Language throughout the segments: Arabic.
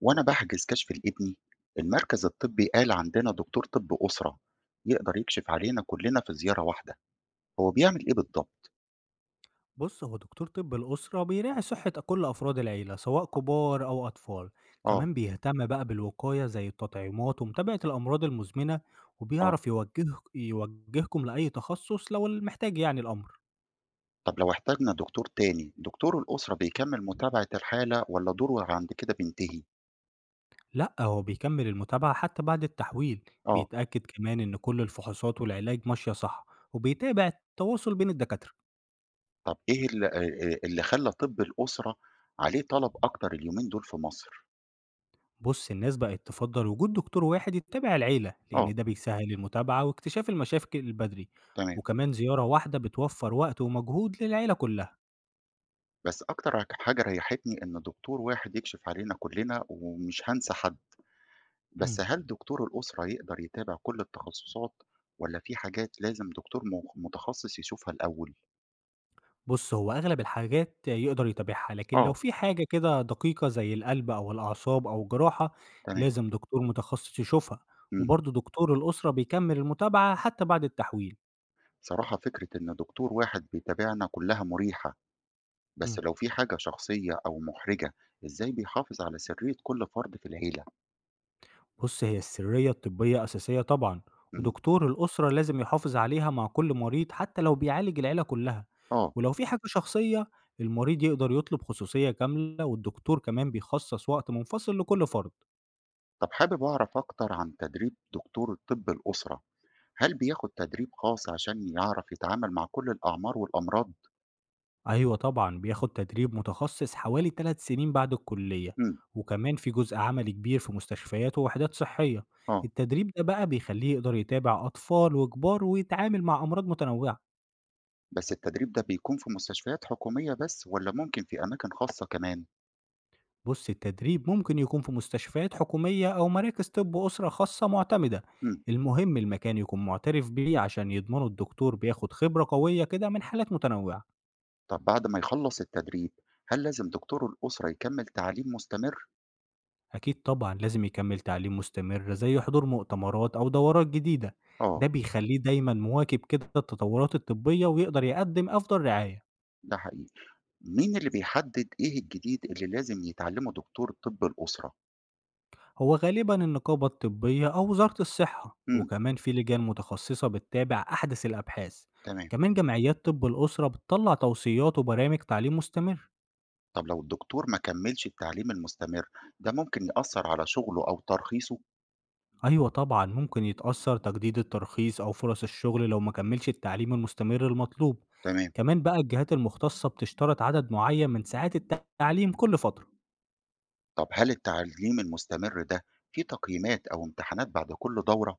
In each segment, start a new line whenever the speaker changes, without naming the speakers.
وأنا بحجز كشف لابني. المركز الطبي قال عندنا دكتور طب أسرة يقدر يكشف علينا كلنا في زيارة واحدة. هو بيعمل إيه بالضبط؟
بُص، هو دكتور طِب الأسرة بيراعي صحة كل أفراد العيلة، سواء كبار أو أطفال،
آه.
كمان بيهتم بقى بالوقاية زي التطعيمات ومتابعة الأمراض المزمنة،
آه.
وبيعرف يوجهكم لأي تخصص لو المحتاج يعني الأمر.
طب لو احتاجنا دكتور تاني، دكتور الأسرة بيكمل متابعة الحالة ولا دوره عند كده بينتهي؟
لأ، هو بيكمل المتابعة حتى بعد التحويل،
آه.
بيتأكد كمان إن كل الفحوصات والعلاج ماشية صح، وبيتابع التواصل بين الدكاترة.
طب إيه اللي خلى طب الأسرة عليه طلب أكتر اليومين دول في مصر؟
بص الناس بقت تفضل وجود دكتور واحد يتابع العيلة
آه.
لأن ده بيسهل المتابعة واكتشاف المشاكل البدري،
تمام.
وكمان زيارة واحدة بتوفر وقت ومجهود للعيلة كلها.
بس أكتر حاجة ريحتني إن دكتور واحد يكشف علينا كلنا ومش هنسى حد. بس
امم
هل دكتور الأسرة يقدر يتابع كل التخصصات، والّا في حاجات لازم دكتور مخ متخصص يشوفها الأول؟
بص هو أغلب الحاجات يقدر يتابعها، لكن لو
آه،
في حاجة كده دقيقة زي القلب أو الأعصاب أو الجراحة
تمام،
لازم دكتور متخصص يشوفها،
إمم.
وبرضه دكتور الأسرة بيكمل المتابعة حتى بعد التحويل.
صراحة فكرة إن دكتور واحد بيتابعنا كلّها مُريحة، بس
مم.
لو في حاجة شخصية أو مُحرجة، إزاي بيحافظ على سرية كل فرد في العيلة؟
بُص، هي السرية الطبية أساسية طبعًا،
إمم،
ودكتور الأسرة لازم يحافظ عليها مع كل مريض حتى لو بيعالج العيلة كلها،
آه.
ولو في حاجة شخصية المريض يقدر يطلب خصوصية كاملة والدكتور كمان بيخصص وقت منفصل لكل فرد.
طب حابب أعرف أكتر عن تدريب دكتور طِب الأسرة، هل بياخد تدريب خاص عشان يعرف يتعامل مع كل الأعمار والأمراض؟
أيوه طبعًا، بياخد تدريب متخصص حوالي 3 سنين بعد الكلية،
إمم،
وكمان في جزء عملي كبير في مستشفيات ووحدات صحية.
آه.
التدريب ده بقى بيخليه يقدر يتابع أطفال وكبار ويتعامل مع أمراض متنوعة.
بس التدريب ده بيكون في مستشفيات حكومية بس ولا ممكن في أماكن خاصة كمان؟
بص التدريب ممكن يكون في مستشفيات حكومية أو مراكز طب أسرة خاصة معتمدة،
مم.
المهم المكان يكون معترف بيه عشان يضمنوا الدكتور بياخد خبرة قوية كده من حالات متنوعة.
طب بعد ما يخلص التدريب، هل لازم دكتور الأسرة يكمل تعليم مستمر؟
أكيد طبعا لازم يكمل تعليم مستمر زي حضور مؤتمرات أو دورات جديدة،
آه.
ده بيخليه دايما مواكب كده التطورات الطبية ويقدر يقدم أفضل رعاية.
ده حقيقي. مين اللي بيحدد إيه الجديد اللي لازم يتعلمه دكتور طب الأسرة؟
هو غالبا النقابة الطبية أو وزارة الصحة،
مم.
وكمان في لجان متخصصة بتتابع أحدث الأبحاث،
تمام.
كمان جمعيات طب الأسرة بتطلع توصيات وبرامج تعليم مستمر.
طب لو الدكتور ما كملش التعليم المستمر ده، ممكن يأثر على شغله أو ترخيصه؟
أيوة طبعا ممكن يتأثر تجديد الترخيص أو فرص الشغل لو ما كملش التعليم المستمر المطلوب،
تمام.
كمان بقى الجهات المختصة بتشترط عدد معين من ساعات التعليم كل فترة.
طب هل التعليم المستمر ده في تقييمات أو امتحانات بعد كل دورة؟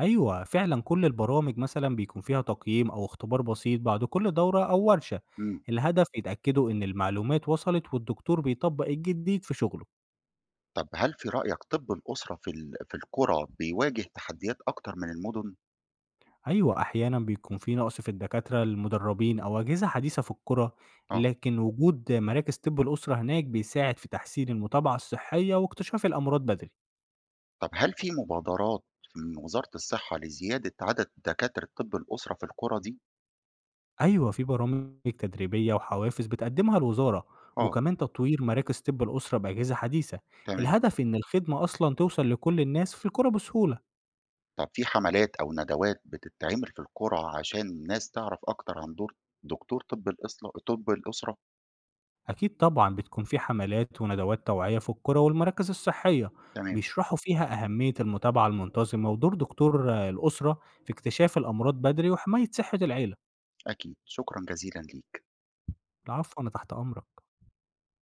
أيوه، فعلًا كل البرامج مثلًا بيكون فيها تقييم أو اختبار بسيط بعد كل دورة أو ورشة،
مم.
الهدف يتأكدوا إن المعلومات وصلت والدكتور بيطبّق الجديد في شغله.
طب هل في رأيك طب الأسرة في القرى بيواجه تحديات أكتر من المدن؟
أيوه، أحيانًا بيكون في نقص في الدكاترة المدربين أو أجهزة حديثة في القرى،
اه.
لكن وجود مراكز طب الأسرة هناك بيساعد في تحسين المتابعة الصحية واكتشاف الأمراض بدري.
طب هل في مبادرات من وزارة الصحة لزيادة عدد دكاترة طب الأسرة في القرى دي؟
أيوه، في برامج تدريبية وحوافز بتقدّمها الوزارة،
اه.
وكمان تطوير مراكز طِب الأسرة بأجهزة حديثة،
تمام.
الهدف إن الخدمة أصلًا توصل لكل الناس في القرى بسهولة.
طب في حملات أو ندوات بتتعمل في القرى عشان الناس تعرف أكتر عن دور دكتور طب الأسرة؟
أكيد طبعًا بتكون في حملات وندوات توعية في القرى والمراكز الصحية،
تمام.
بيشرحوا فيها أهمية المتابعة المنتظمة ودور دكتور الأسرة في اكتشاف الأمراض بدري وحماية صحة العيلة.
أكيد شكرا جزيلا ليك.
العفو، أنا تحت أمرك.